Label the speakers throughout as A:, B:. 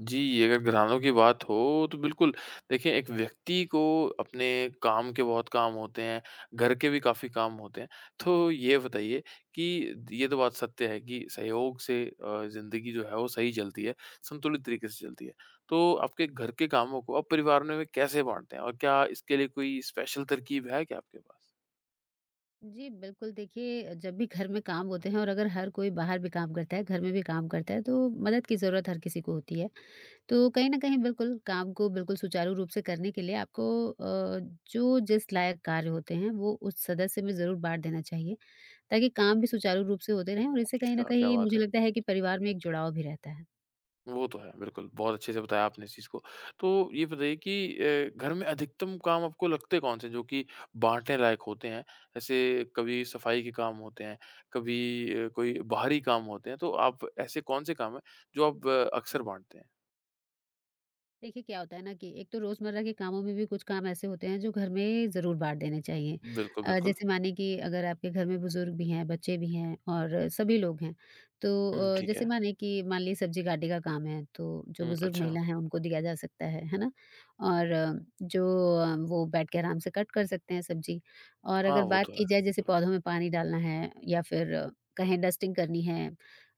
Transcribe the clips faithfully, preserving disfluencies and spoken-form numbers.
A: जी, अगर घरानों की बात हो, तो बिल्कुल देखिए एक व्यक्ति को अपने काम के बहुत काम होते हैं, घर के भी काफ़ी काम होते हैं। तो ये बताइए कि ये तो बात सत्य है कि सहयोग से अ, ज़िंदगी जो है वो सही चलती है, संतुलित तरीके से चलती है। तो आपके घर के कामों को आप परिवार में कैसे बाँटते हैं? और क्या इसके लिए कोई स्पेशल तरकीब है क्या आपके पास?
B: जी, बिल्कुल देखिए जब भी घर में काम होते हैं और अगर हर कोई बाहर भी काम करता है, घर में भी काम करता है तो मदद की ज़रूरत हर किसी को होती है। तो कहीं न कहीं बिल्कुल काम को बिल्कुल सुचारू रूप से करने के लिए आपको अ, जो जिस लायक कार्य होते हैं वो उस सदस्य में ज़रूर बाँट देना चाहिए, ताकि काम भी सुचारू रूप से होते रहें और इससे कहीं न
A: अच्छा, क्या
B: कहीं
A: बात
B: मुझे
A: है!
B: लगता है कि परिवार में एक जुड़ाव भी रहता है।
A: वो तो है, बिल्कुल। बहुत अच्छे से बताया आपने इस चीज़ को। तो ये बताइए कि अ, घर में अधिकतम काम आपको लगते कौन से हैं, जो कि बाँटने लायक होते हैं? जैसे कभी सफाई के काम होते हैं, कभी अ, कोई बाहरी काम होते हैं, तो आप ऐसे कौन से काम हैं, जो आप अ, अक्सर बाँटते हैं?
B: देखिए क्या होता है ना कि एक तो रोज़मर्रा के कामों में भी कुछ काम ऐसे होते हैं जो घर में ज़रूर बाँट देने चाहिए।
A: बिल्कुल,
B: अ,
A: बिल्कुल।
B: जैसे मानिए कि अगर आपके घर में बुज़ुर्ग भी हैं, बच्चे भी हैं और सभी लोग हैं, तो
A: हुँ,
B: अ,
A: ठीक
B: जैसे
A: है।
B: मानिए कि मान लीजिए सब्ज़ी काटने का काम है, तो जो
A: हुँ,
B: बुज़ुर्ग
A: अच्छा।
B: महिला हैं उनको दिया जा सकता है, है ना? और अ, जो अ, वो बैठ के आराम से कट कर सकते हैं सब्ज़ी। और
A: हाँ,
B: अगर
A: वो
B: बात
A: तो है।
B: की जाए जैसे
A: बिल्कुल।
B: पौधों में पानी डालना है या फिर कहें डस्टिंग करनी है।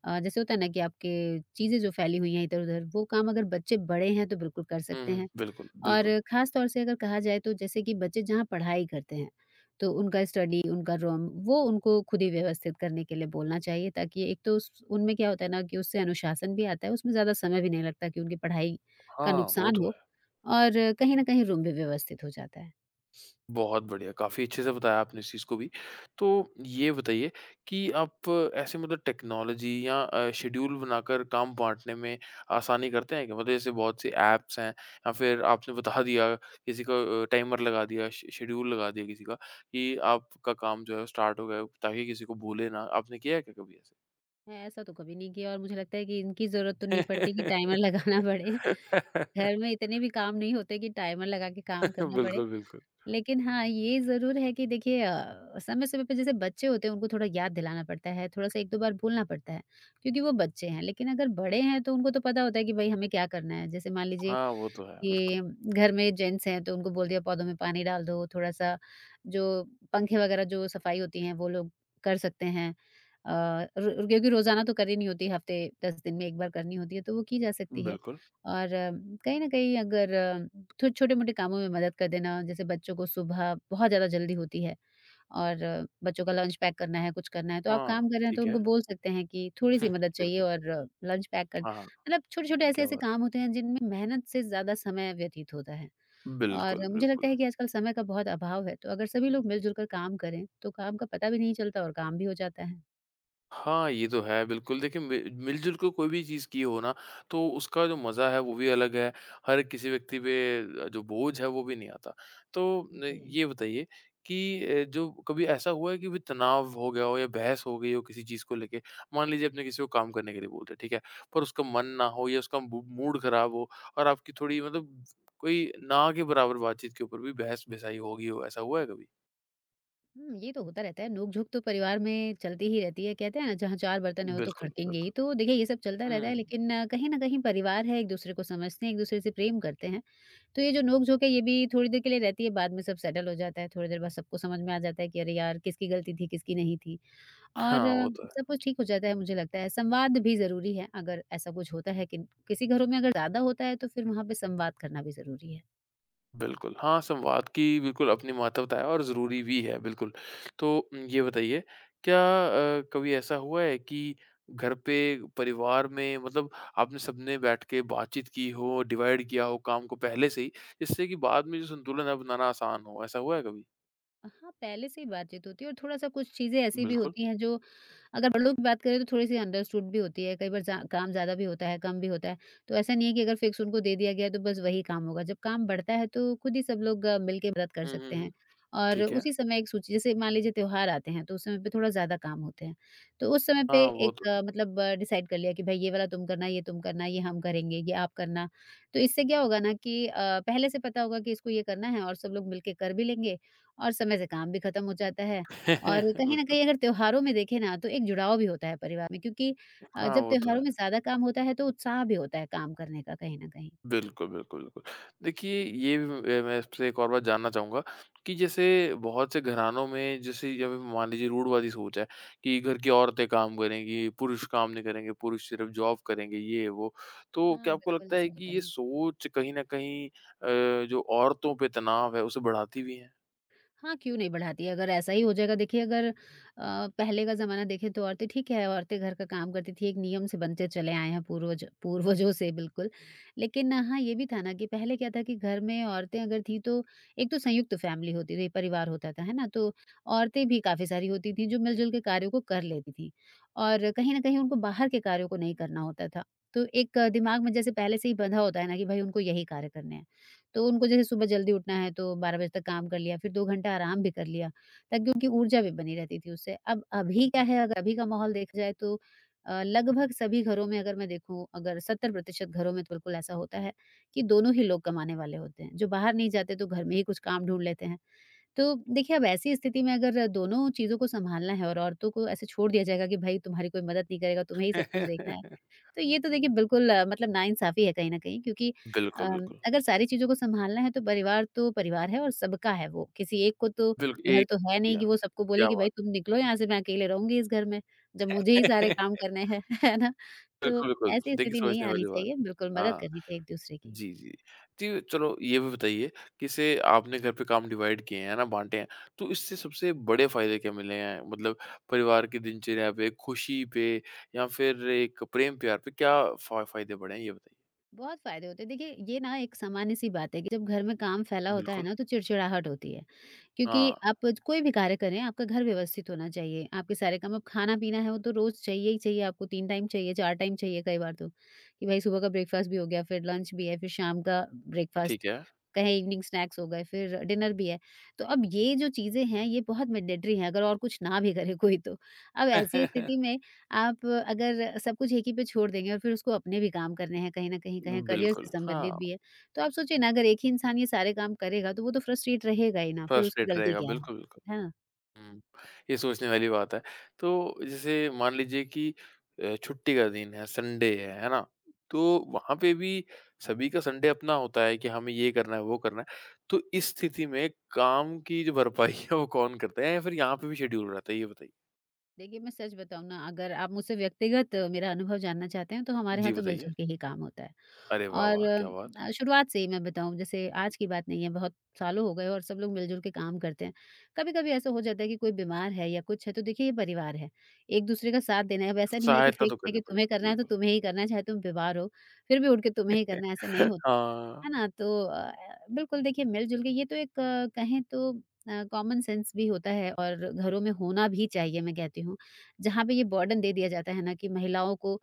B: अ, जैसे होता है ना कि आपके चीज़ें जो फैली हुई हैं इधर-उधर, वो काम अगर बच्चे बड़े हैं तो बिल्कुल कर
A: हुँ,
B: सकते
A: हुँ,
B: हैं।
A: बिल्कुल,
B: और
A: बिल्कुल।
B: ख़ास तौर से अगर कहा जाए तो जैसे कि बच्चे जहाँ पढ़ाई करते हैं, तो उनका स्टडी, उनका रूम वो उनको खुद ही व्यवस्थित करने के लिए बोलना चाहिए, ताकि एक तो उस उनमें क्या होता है ना कि उससे अनुशासन भी आता है, उसमें ज़्यादा समय भी नहीं लगता कि उनकी पढ़ाई का
A: हाँ, वो
B: नुकसान
A: तो
B: हो
A: है।
B: और कहीं न कहीं रूम भी व्यवस्थित हो जाता है।
A: बहुत बढ़िया, काफ़ी अच्छे से बताया आपने इस चीज़ को भी। तो ये बताइए कि आप ऐसे मतलब टेक्नोलॉजी या अ, शेड्यूल बनाकर काम बाँटने में आसानी करते हैं क्या? मतलब जैसे बहुत से ऐप्स हैं या फिर आपने बता दिया किसी को अ, टाइमर लगा दिया, श शेड्यूल लगा दिया किसी का कि आपका काम जो है वो स्टार्ट हो गया है ताकि किसी को भूले ना। आपने किया है क्या कभी ऐसे?
B: मैं ऐसा तो कभी नहीं किया और मुझे लगता है कि इनकी ज़रूरत तो नहीं पड़ती कि टाइमर लगाना पड़े। घर में इतने भी काम नहीं होते कि टाइमर लगा के काम करना पड़े।
A: बिल्कुल, बिल्कुल।
B: लेकिन हाँ, ये ज़रूर है कि देखिए अ, समय-समय पे जैसे बच्चे होते हैं उनको थोड़ा याद दिलाना पड़ता है, थोड़ा-सा एक दो बार बोलना पड़ता है, क्योंकि वो बच्चे हैं। लेकिन अगर बड़े हैं तो उनको तो पता होता है कि भई हमें क्या करना है। जैसे मान लीजिए
A: हाँ, वो तो है,
B: कि
A: बिल्कुल।
B: घर में जेंट्स हैं तो उनको बोल दिया पौधों में पानी डाल दो, थोड़ा-सा जो पंखे वगैरह जो सफाई होती है वो लोग कर सकते हैं। अ, र क्योंकि रोज़ाना तो करनी नहीं होती, हफ़्ते दस दिन में एक बार करनी होती है तो वो की जा सकती है।
A: बिल्कुल।
B: और अ, कहीं न कहीं अगर छो छोटे-मोटे कामों में मदद कर देना, जैसे बच्चों को सुबह बहुत ज़्यादा जल्दी होती है और अ, बच्चों का लंच पैक करना है, कुछ करना है, तो आप
A: हाँ,
B: काम कर रहे हैं तो
A: ठीक है।
B: उनको बोल सकते हैं कि थोड़ी-सी मदद चाहिए
A: बिल्कुल।
B: और अ, लंच पैक कर
A: हाँ, हाँ।
B: मतलब छोटे-छोटे
A: क्या
B: ऐसे-ऐसे
A: बात!
B: काम होते हैं जिनमें मेहनत से ज़्यादा समय व्यतीत होता है।
A: बिल्कुल,
B: और मुझे लगता
A: बिल्कुल।
B: है कि आजकल समय का बहुत अभाव है, तो अगर सभी लोग मिल-जुल कर काम करें, तो काम का पता भी नहीं चलता और काम भी हो जाता है।
A: हाँ, ये तो है बिल्कुल देखिए मि मिल-जुल के कोई भी चीज़ की हो ना, तो उसका जो मज़ा है वो भी अलग है, हर किसी व्यक्ति पे जो बोझ है वो भी नहीं आता। तो अ,
B: जी।
A: ये बताइए कि अ, जो कभी ऐसा हुआ है कि भी तनाव हो गया हो या बहस हो गई हो किसी चीज़ को लेके, मान लीजिए आपने किसी को काम करने के लिए बोल दिया, ठीक है? पर उसका मन ना हो या उसका बू मूड ख़राब हो और आपकी थोड़ी मतलब कोई ना के बराबर बातचीत के ऊपर भी बहस-बिसाई हो गई हो, ऐसा हुआ है कभी?
B: हुँ, ये तो होता रहता है, नोक-झोंक तो परिवार में चलती ही रहती है। कहते हैं ना जहाँ चार बर्तन हैं वो तो
A: बिल्कुल,
B: खड़केंगे ही।
A: बिल्कुल।
B: तो देखिए ये सब चलता रहता है,
A: हुँ।
B: लेकिन अ, कहीं न कहीं परिवार है, एक-दूसरे को समझते हैं, एक-दूसरे से प्रेम करते हैं। तो ये जो नोक-झोंक है ये भी थोड़ी देर के लिए रहती है, बाद में सब सेटल हो जाता है। थोड़ी देर बाद सबको समझ में आ जाता है कि अरे यार! किसकी गलती थी, किसकी नहीं थी, और
A: हाँ,
B: अ,
A: वो तो है।
B: सब कुछ ठीक हो जाता है मुझे लगता है। संवाद भी ज़रूरी है, अगर ऐसा कुछ होता है कि किसी घरों में अगर ज़्यादा होता है तो फिर वहाँ पे संवाद करना भी ज़रूरी है।
A: बिल्कुल, हाँ, संवाद की बिल्कुल अपनी महत्वता है और ज़रूरी भी है, बिल्कुल। तो उम, ये बताइए क्या अ, कभी ऐसा हुआ है कि घर पे परिवार में मतलब आपने सबने बैठ के बातचीत की हो, डिवाइड किया हो काम को पहले से ही, जिससे कि बाद में जो संतुलन है बनाना आसान हो, ऐसा हुआ है कभी?
B: हाँ, पहले से ही बातचीत होती है और थोड़ा-सा कुछ चीज़ें ऐसी भी
A: बिल्कुल।
B: होती हैं जो अगर बड़ों की बात करें तो थोड़ी-सी अंडरस्टूड भी होती है, कई बार जा काम ज़्यादा भी होता है, कम भी होता है, तो ऐसा नहीं है कि अगर फिक्स उनको दे दिया गया है, तो बस वही काम होगा। जब काम बढ़ता है, तो खुद ही सब लोग मिल के मदद कर
A: हुँ, हुँ,
B: सकते हैं।
A: हुँ।
B: और
A: ठीक है।
B: उसी समय एक सूची, जैसे मान लीजिए त्योहार आते हैं, तो उस समय पे थोड़ा ज़्यादा काम होते हैं। तो उस समय पे
A: हाँ, वो तो
B: एक अ, मतलब डिसाइड कर लिया कि भई ये वाला तुम करना, ये तुम करना, ये हम करेंगे, ये आप करना। तो इससे क्या होगा ना कि अ, पहले से पता होगा कि इसको ये करना है और सब लोग मिल के कर भी लेंगे और समय से काम भी खत्म हो जाता है।
A: है।
B: और कहीं न
A: बिल्कुल।
B: कहीं अगर त्योहारों में देखें ना, तो एक जुड़ाव भी होता है परिवार में, क्योंकि अ,
A: हाँ,
B: जब
A: वो तो है।
B: त्योहारों में ज़्यादा काम होता है, तो उत्साह भी होता है काम करने का कहीं न कहीं।
A: बिल्कुल, बिल्कुल, बिल्कुल। देखिए ये भी अ, मैं आपसे एक और बात जानना चाहूँगा कि जैसे बहुत से घरानों में जैसे जब मान लीजिए रूढ़वादी सोच है कि घर की औरतें काम करेंगी, पुरुष काम नहीं करेंगे, पुरुष सिर्फ़ जॉब करेंगे, ये वो। तो
B: हाँ,
A: क्या आपको
B: बिल्कुल
A: लगता है
B: ऐसा
A: कि
B: होता
A: ये
B: है।
A: सोच कहीं न कहीं अ, जो औरतों पे तनाव है, उसे बढ़ाती भी है?
B: हाँ, क्यों नहीं बढ़ाती है? अगर ऐसा ही हो जाएगा। देखिए अगर अ, पहले का ज़माना देखें तो औरतें ठीक है, औरतें घर का काम करती थी, एक नियम से बनते चले आए हैं पूर्वज पूर्वजों से बिल्कुल। लेकिन हाँ, ये भी था ना कि पहले क्या था कि घर में औरतें अगर थीं तो एक तो संयुक्त फैमिली होती थी, परिवार होता था, है ना? तो औरतें भी काफ़ी सारी होती थीं जो मिल-जुल के कार्यों को कर लेती थीं और कहीं न कहीं उनको बाहर के कार्यों को नहीं करना होता था। तो एक अ, दिमाग में जैसे पहले से ही बँधा होता है ना कि भई उनको यही कार्य करने हैं। तो उनको जैसे सुबह जल्दी उठना है तो बारह बजे तक काम कर लिया, फिर दो घंटा आराम भी कर लिया, ताकि उनकी ऊर्जा भी बनी रहती थी उससे। अब अभी क्या है, अगर अभी का माहौल देखा जाए तो अ, लगभग सभी घरों में, अगर मैं देखूँ, अगर सत्तर प्रतिशत घरों में तो बिल्कुल ऐसा होता है कि दोनों ही लोग कमाने वाले होते हैं। जो बाहर नहीं जाते तो घर में ही कुछ काम ढूँढ लेते हैं। तो देखिए अब ऐसी स्थिति में अगर दोनों चीज़ों को सँभालना है और औरतों को ऐसे छोड़ दिया जाएगा कि भाई तुम्हारी कोई मदद नहीं करेगा, तुम्हें ही सब कुछ देखना है। तो ये तो देखिए बिल्कुल अ, मतलब नाइंसाफ़ी है कहीं न कहीं, क्योंकि अ,
A: बिल्कुल, बिल्कुल।
B: अगर सारी चीज़ों को सँभालना है तो परिवार तो परिवार है और सबका है वो, किसी एक को तो
A: बिल्क
B: घर
A: एक
B: तो है नहीं
A: या
B: कि वो सबको
A: क्या
B: बोले कि भाई
A: बात!
B: तुम निकलो यहाँ से, मैं अकेले रहूँगी इस घर में, जब मुझे ही सारे काम करने हैं, है ना?
A: बिल्कुल,
B: तो ऐसी
A: बिल्कुल। देखिए
B: स्थिति नहीं
A: सोचने
B: आनी
A: वाली बात।
B: चाहिए, बिल्कुल मदद
A: हाँ।
B: करनी चाहिए एक-दूसरे की।
A: जी, जी। जी, चलो ये भी बताइए कि जैसे आपने घर पे काम डिवाइड किए हैं, है ना, बाँटे हैं, तो इससे सबसे बड़े फ़ायदे क्या मिले हैं? मतलब परिवार की दिनचर्या पे, खुशी पे या फिर एक प्रेम-प्यार पे क्या फ़ा फ़ायदे बढ़े हैं, ये बताइए?
B: बहुत फ़ायदे होते हैं, देखिए ये ना एक सामान्य-सी बात है कि जब घर में काम फैला होता है
A: बिल्कुल।
B: ना तो चिड़चिड़ाहट होती है। क्योंकि
A: हाँ,
B: आप ज- कोई भी कार्य करें, आपका घर व्यवस्थित होना चाहिए, आपके सारे काम, अब खाना-पीना है वो तो रोज़ चाहिए ही चाहिए, आपको तीन टाइम चाहिए, चार टाइम चाहिए कई बार तो, कि भाई सुबह का ब्रेकफ़ास्ट भी हो गया, फिर लंच भी है, फिर शाम का
A: ठीक
B: ब्रेकफ़ास्ट,
A: है।
B: कहें इवनिंग स्नैक्स हो गए, फिर डिनर भी है। तो अब ये जो चीज़ें हैं, ये बहुत मैंडेटरी हैं, अगर और कुछ ना भी करे कोई तो। अब ऐसी स्थिति में आप अगर सब कुछ एक ही पे छोड़ देंगे और फिर उसको अपने भी काम करने हैं कहीं न कहीं, कहें करियर से
A: बिल्कुल,
B: संबंधित
A: हाँ,
B: भी है, तो आप सोचिए ना, अगर एक ही इंसान ये सारे काम करेगा तो वो तो फ्रस्ट्रेट रहेगा ही ना, फिर
A: फर्स्ट
B: उसकी
A: एड
B: गलती
A: रहेगा,
B: क्या है?
A: बिल्कुल, बिल्कुल।
B: है ना?
A: हुँ। ये सोचने वाली बात है। तो जैसे मान लीजिए कि अ, छुट्टी का दिन है, संडे है, है ना? तो वहाँ पे भी सभी का संडे अपना होता है कि हमें ये करना है, वो करना है। तो इस स्थिति में काम की जो भरपाई है वो कौन करता है या फिर यहाँ पे भी शेड्यूल रहता है? ये बताइए।
B: देखिए मैं सच बताऊँ ना, अगर आप मुझसे व्यक्तिगत अ, मेरा अनुभव जानना चाहते हैं तो हमारे
A: जी,
B: यहाँ तो
A: बताइए।
B: मिल-जुल के ही काम होता है।
A: अरे वाह, वाह!
B: और
A: क्या बात!
B: अ, शुरुआत से ही मैं बताऊँ, जैसे आज की बात नहीं है, बहुत सालों हो गए और सब लोग मिल-जुल के काम करते हैं। कभी-कभी ऐसा हो जाता है कि कोई बीमार है या कुछ है, तो देखिए ये परिवार है, एक-दूसरे का साथ देना है। अब ऐसा नहीं है कि
A: सहायता तो
B: फिक्स है
A: करनी
B: कि तुम्हें
A: पड़ेगी,
B: करना है तो
A: बिल्कुल।
B: तुम्हें ही करना है, चाहे तुम बीमार हो, फिर भी उठ के तुम्हें ही करना है, ऐसा नहीं होता।
A: हाँ,
B: है ना? तो अ, बिल्कुल देखिए मिल-जुल के ये तो एक अ, कहें तो अ, कॉमन सेंस भी होता है और घरों में होना भी चाहिए मैं कहती हूँ। जहाँ पे ये बर्डन दे दिया जाता है ना कि महिलाओं को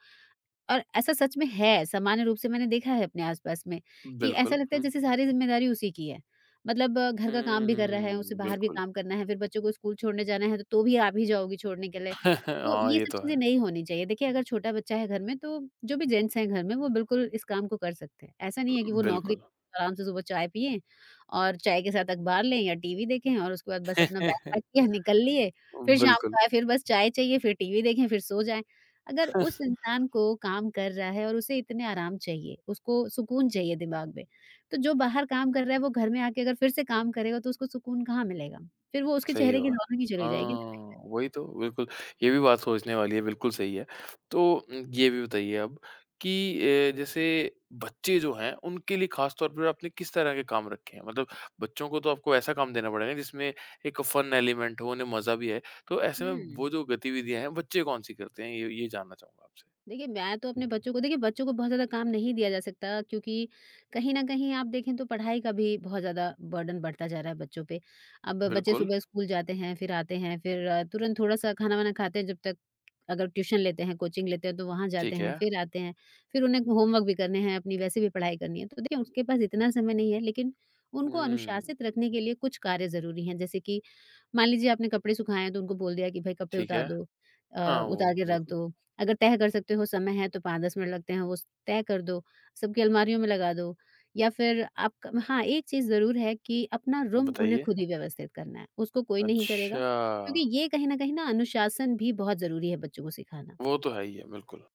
B: और ऐसा सच में है, सामान्य रूप से मैंने देखा है अपने आस-पास में, कि ऐसा
A: बिल्कुल।
B: लगता है
A: हुँ।
B: जैसे सारी ज़िम्मेदारी उसी की है। मतलब अ, घर का काम भी कर रहा है, उसे
A: हुँ,
B: बाहर भी
A: बिल्कुल।
B: काम करना है, फिर बच्चों को स्कूल छोड़ने जाना है, तो तो भी आप ही जाओगी छोड़ने के लिए। तो
A: हाँ,
B: ये
A: ये
B: सब
A: तो
B: चीज़ें
A: है।
B: नहीं होनी चाहिए। देखिए अगर छोटा बच्चा है घर में तो जो भी जेंट्स हैं घर में वो बिल्कुल इस काम को कर सकते हैं। ऐसा नहीं है कि वो नौकरी
A: बिल्कुल।
B: आराम से सुबह चाय पिएँ और चाय के साथ अखबार लें या टीवी देखें और उसके बाद बस अपना बैग पैक किया निकल लिए, फिर शाम
A: बिल्कुल।
B: को आए फिर बस चाय चाहिए, फिर टीवी देखें, फिर सो जाएँ। अगर उस इंसान को काम कर रहा है और उसे इतने आराम चाहिए, उसको सुकून चाहिए दिमाग में, तो जो बाहर काम कर रहा है वो घर में आके अगर फिर से काम करेगा तो उसको सुकून कहाँ मिलेगा? फिर वो उसके
A: सही
B: चेहरे की
A: बात है।
B: रौनक ही चली जाएगी।
A: हाँ, वही तो बिल्कुल, ये भी बात सोचने वाली है, बिल्कुल सही है। तो उम, ये भी बताइए अब कि ए, जैसे बच्चे जो हैं, उनके लिए ख़ास तौर पर आपने किस तरह के काम रखे हैं? मतलब बच्चों को तो आपको ऐसा काम देना पड़ेगा जिसमें एक फ़न एलिमेंट हो, उन्हें मज़ा भी आए। तो ऐसे में
B: हुँ।
A: वो जो गतिविधियाँ हैं, बच्चे कौन-सी करते हैं? ये ये जानना चाहूँगा आपसे।
B: देखिए, मैं तो अपने बच्चों को देखिए, बच्चों को बहुत ज़्यादा काम नहीं दिया जा सकता क्योंकि कहीं न कहीं आप देखें तो पढ़ाई का भी बहुत ज़्यादा बर्डन बढ़ता जा रहा है बच्चों पे। अब बच्चे
A: बिल्कुल,
B: सुबह स्कूल जाते हैं, फिर आते हैं, फिर अ, तुरंत थोड़ा-सा खाना-वाना खाते हैं जब तक अगर ट्यूशन लेते हैं, कोचिंग लेते हैं तो वहाँ जाते
A: ठीक
B: हैं,
A: है।
B: फिर आते हैं, फिर उन्हें होमवर्क भी करने हैं, अपनी वैसे भी पढ़ाई करनी है। तो देखिए उसके पास इतना समय नहीं है लेकिन उनको
A: हुँ,
B: अनुशासित रखने के लिए कुछ कार्य ज़रूरी हैं। जैसे कि मान लीजिए आपने कपड़े सुखाए हैं तो उनको बोल दिया कि भाई कपड़े
A: ठीक
B: उतार
A: है।
B: दो अ,
A: हाँ,
B: उतार
A: वो
B: के रख
A: बिल्कुल,
B: दो। अगर तय कर सकते हो समय है तो पाँच से दस मिनट लगते हैं वो तय कर दो, सबकी अलमारियों में लगा दो या फिर आप हाँ, एक चीज़ ज़रूर है कि अपना रूम उन्हें
A: बताइए।
B: खुद ही व्यवस्थित करना है, उसको कोई नहीं करेगा।
A: अच्छा,
B: क्योंकि ये कहीं न कहीं ना अनुशासन भी बहुत ज़रूरी है बच्चों को सिखाना।
A: वो तो है ही है, बिल्कुल।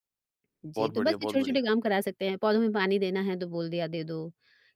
B: जी,
A: बहुत
B: तो बस
A: बढ़िया,
B: ये
A: बहुत
B: छोटे-छोटे
A: बढ़िया।
B: काम करा सकते हैं, पौधों में पानी देना है तो बोल दिया दे दो,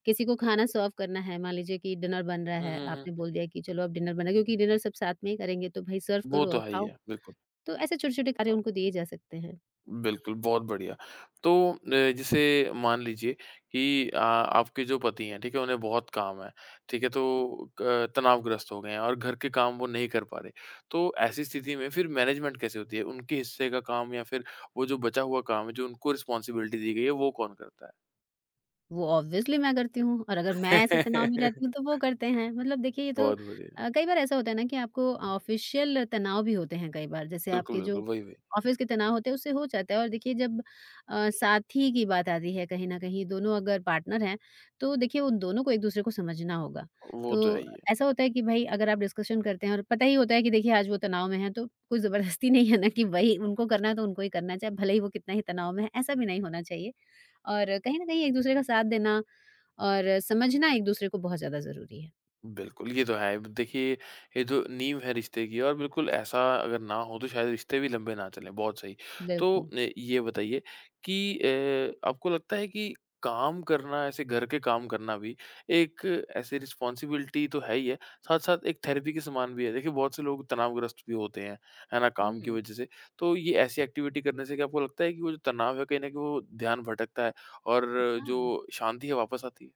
B: किसी को खाना सर्व करना है, मान लीजिए कि डिनर बन रहा
A: हुँ,
B: है,
A: हुँ, हुँ।
B: आपने बोल दिया कि चलो अब डिनर बना क्योंकि डिनर सब साथ में ही करेंगे तो भई सर्व
A: वो
B: करो
A: तो
B: और
A: है ही
B: खाओ।
A: है, बिल्कुल।
B: तो ऐसे छोटे-छोटे कार्य उनको दिए जा सकते हैं।
A: बिल्कुल, बहुत बढ़िया। तो अ, जैसे मान लीजिए कि अ, आपके जो पति हैं, ठीक है? उन्हें बहुत काम है, ठीक है? तो क तनावग्रस्त हो गए हैं और घर के काम वो नहीं कर पा रहे। तो ऐसी स्थिति में फिर मैनेजमेंट कैसे होती है? उनके हिस्से का काम या फिर वो जो बचा हुआ काम है, जो उनको रिस्पॉन्सिबिलिटी दी गई है, वो कौन करता है?
B: वो ऑब्वियसली मैं करती हूँ और अगर मैं ऐसे तनाव में रहती हूँ तो वो करते हैं। मतलब देखिए ये तो
A: बहुत बढ़िया।
B: अ, कई बार ऐसा होता है ना कि आपको ऑफ़िशियल तनाव भी होते हैं कई बार, जैसे
A: बिल्कुल,
B: आपके
A: बिल्कुल।
B: जो
A: वही, वही।
B: ऑफ़िस के तनाव होते हैं उससे हो जाता है और देखिए जब अ, साथी की बात आती है कहीं न कहीं दोनों अगर पार्टनर हैं, तो देखिए उन दोनों को एक-दूसरे को समझना होगा।
A: वो तो है
B: तो
A: ही है।
B: ऐसा होता है कि भई अगर आप डिस्कशन करते हैं और पता ही होता है कि देखिए आज वो तनाव में हैं तो कोई ज़बरदस्ती नहीं है ना कि वही उनको करना है तो उनको ही करना है, चाहे भले ही वो कितना ही तनाव में है, ऐसा भी नहीं होना चाहिए। और कहीं न कहीं एक-दूसरे का साथ देना और समझना एक-दूसरे को बहुत ज़्यादा ज़रूरी है।
A: बिल्कुल, ये तो है। देखिए, ये जो नींव है रिश्ते की और बिल्कुल ऐसा अगर ना हो तो शायद रिश्ते भी लंबे ना चलें, बहुत सही। तो
B: बिल्कुल।
A: अ, ये बताइए कि अ, आपको लगता है कि काम करना, ऐसे घर के काम करना भी एक ऐसे रिस्पॉन्सिबिलिटी तो है ही है, साथ-साथ एक थेरेपी के समान भी है। देखिए, बहुत से लोग तनावग्रस्त भी होते हैं, है ना, काम की
B: हुँ,
A: वजह से। तो ये ऐसी एक्टिविटी करने से क्या आपको लगता है कि वो जो तनाव है, कहीं न कहीं वो ध्यान भटकता है और
B: हाँ।
A: जो शांति है, वापस आती है?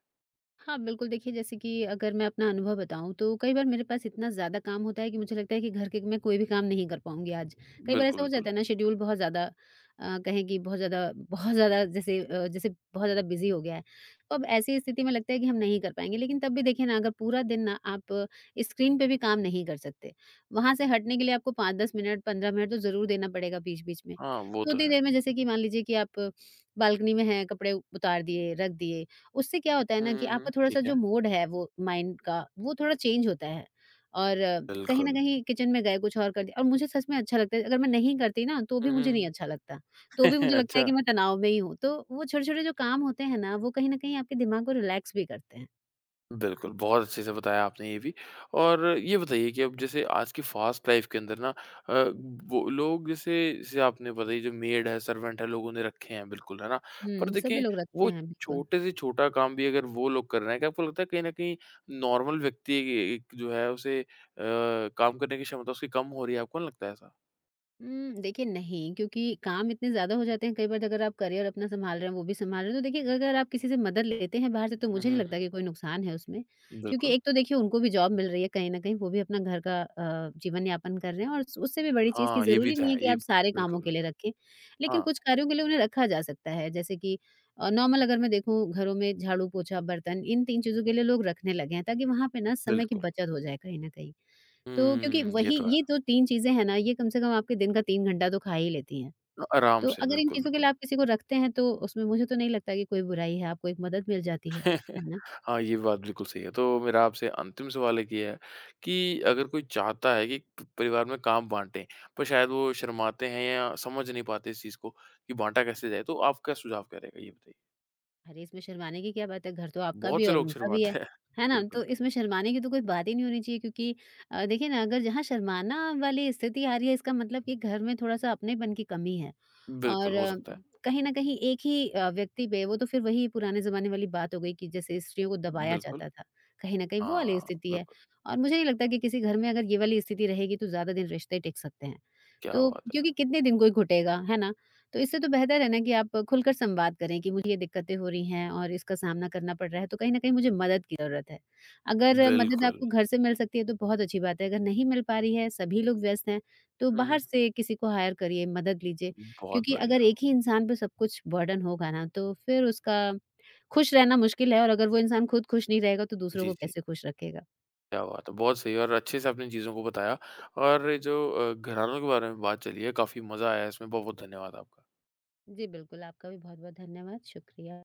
B: हाँ, बिल्कुल देखिए जैसे कि अगर मैं अपना अनुभव बताऊँ तो कई बार मेरे पास इतना ज़्यादा काम होता है कि मुझे लगता है कि घर के मैं कोई भी काम नहीं कर पाऊँगी आज। कई बार
A: बिल्कुल,
B: ऐसा हो
A: बिल्कुल।
B: जाता है ना शेड्यूल बहुत ज़्यादा अ, कहें कि बहुत ज़्यादा बहुत ज़्यादा जैसे अ, जैसे बहुत ज़्यादा बिज़ी हो गया है। तो अब ऐसी स्थिति में लगता है कि हम नहीं कर पाएँगे लेकिन तब भी देखिए ना अगर पूरा दिन ना आप स्क्रीन पे भी काम नहीं कर सकते। वहाँ से हटने के लिए आपको पाँच से दस मिनट पंद्रह मिनट तो ज़रूर देना पड़ेगा बीच-बीच में।
A: हाँ, वो
B: तो
A: तो
B: उतनी
A: है।
B: देर में जैसे कि मान लीजिए कि आप बालकनी में हैं, कपड़े उतार दिए, रख दिए उससे क्या होता है
A: हुँ,
B: ना कि
A: हुँ, हुँ।
B: आपका
A: ठीक
B: थोड़ा-सा
A: है?
B: जो मोड है वो माइंड का, वो थोड़ा चेंज होता है और अ, कहीं न
A: बिल्कुल।
B: कहीं किचन में गए कुछ और कर दिया और मुझे सच में अच्छा लगता है। अगर मैं नहीं करती ना तो भी
A: हुँ,
B: मुझे
A: हुँ,
B: नहीं अच्छा लगता।
A: हुँ।
B: तो भी मुझे लगता है
A: अच्छा।
B: कि मैं तनाव में ही हूँ। तो वो छोटे-छोटे जो काम होते हैं ना, वो कहीं न कहीं आपके दिमाग को रिलैक्स भी करते हैं।
A: बिल्कुल, बहुत अच्छे से बताया आपने ये भी और ये बताइए कि अब जैसे आज की फ़ास्ट लाइफ़ के अंदर ना अ, वो लोग जैसे जैसे आपने बताई जो मेड है, सर्वेंट है, लोगों ने रखे हैं बिल्कुल, है ना? पर
B: हुँ, सभी
A: देखें
B: लोग रखते
A: वो
B: हैं, बिल्कुल।
A: छोटे से छोटा काम भी अगर वो लोग कर रहे हैं, क्या आपको लगता है कहीं न कहीं नॉर्मल व्यक्ति एक जो है उसे अ, काम करने की क्षमता उसकी कम हो रही है, आपको नहीं लगता ऐसा?
B: उम, देखिए नहीं, क्योंकि काम इतने ज़्यादा हो जाते हैं कई बार अगर आप करियर अपना सँभाल रहे हैं, वो भी सँभाल रहे हैं, तो देखिए अगर आप किसी से मदद लेते हैं बाहर से तो
A: हुँ,
B: मुझे नहीं
A: हुँ, हुँ।
B: लगता कि कोई नुकसान है उसमें। क्योंकि
A: बिल्कुल।
B: एक तो देखिए उनको भी जॉब मिल रही है कहीं न कहीं, वो भी अपना घर का अ, जीवन-यापन कर रहे हैं और उस उससे भी बड़ी चीज़ कि
A: हाँ, ये भी
B: ज़रूरी
A: तो
B: नहीं
A: है।
B: है कि
A: ये
B: आप सारे कामों
A: बिल्कुल।
B: के लिए रखें, लेकिन
A: हाँ,
B: कुछ कार्यों के लिए उन्हें रखा जा सकता है। जैसे कि अ, नॉर्मल अगर मैं देखूँ घरों में झाड़ू, पोछा, बर्तन इन तीन चीज़ों के लिए लोग रखने लगे हैं ताकि वहाँ पे ना समय की
A: बिल्कुल।
B: बचत हो जाए कहीं न कहीं। तो क्योंकि
A: हुँ, ये
B: वही
A: तो है।
B: ये जो तीन चीज़ें हैं ना, ये कम से कम आपके दिन का तीन घंटा तो खा ही लेती हैं।
A: अ, आराम
B: तो
A: से,
B: अगर इन
A: बिल्कुल,
B: चीज़ों के लिए
A: बिल्कुल।
B: आप किसी को रखते हैं, तो उसमें मुझे तो नहीं लगता कि कोई बुराई है, आपको एक मदद मिल जाती है। है ना?
A: हाँ, ये बात बिल्कुल सही है। तो मेरा आपसे अंतिम सवाल एक ये है कि अगर कोई चाहता है कि प परिवार में काम बाँटें, पर शायद वो शर्माते हैं या समझ नहीं पाते इस चीज़ को कि बाँटा कैसे जाए, तो आप क्या सुझाव क्या रहेगा, ये बताइए?
B: अरे! इसमें शर्माने की क्या बात है, घर तो आपका भी
A: बहुत
B: है
A: से
B: और
A: लोग
B: उनका भी है,
A: शर्माते हैं।
B: है ना?
A: बिल्कुल,
B: तो इसमें शर्माने की तो कोई बात ही नहीं होनी चाहिए क्योंकि अ, देखिए ना अगर जहाँ शर्माना वाली स्थिति आ रही है इसका मतलब कि घर में थोड़ा-सा अपनेपन की कमी है।
A: बिल्कुल,
B: और
A: हो
B: अ,
A: सकता है।
B: कहीं न कहीं एक ही अ, व्यक्ति पे वो तो फिर वही पुराने ज़माने वाली बात हो गई कि जैसे स्त्रियों को दबाया
A: बिल्कुल।
B: जाता था, कहीं न कहीं वो वाली
A: हाँ,
B: स्थिति है।
A: बिल्कुल,
B: और मुझे नहीं लगता कि किसी घर में अगर ये वाली स्थिति रहेगी तो ज़्यादा दिन रिश्ते टिक सकते हैं।
A: क्या
B: तो
A: बात है।
B: क्योंकि कितने दिन कोई घुटेगा, है ना? तो इससे तो बेहतर है ना कि आप खुलकर संवाद करें कि मुझे ये दिक्कतें हो रही हैं और इसका सामना करना पड़ रहा है, तो कहीं न कहीं मुझे मदद की ज़रूरत है। अगर मदद
A: बिल्कुल।
B: आपको घर से मिल सकती है तो बहुत अच्छी बात है, अगर नहीं मिल पा रही है, सभी लोग व्यस्त हैं, तो
A: हुँ,
B: बाहर
A: हुँ।
B: से किसी को हायर करिए, मदद लीजिए।
A: बहुत
B: क्योंकि
A: बढ़िया।
B: अगर एक ही इंसान पे सब कुछ बर्डन होगा ना, तो फिर उसका खुश रहना मुश्किल है और अगर वो इंसान खुद खुश नहीं रहेगा, तो दूसरों
A: जी,
B: को
A: जी।
B: कैसे खुश रखेगा।
A: क्या बात है! बहुत सही और अच्छे से आपने चीज़ों को बताया और ये जो अ, घरानों के बारे में बात चली है काफ़ी मज़ा आया इसमें, बहुत-बहुत धन्यवाद आपका।
B: जी, बिल्कुल, आपका भी बहुत-बहुत धन्यवाद, शुक्रिया।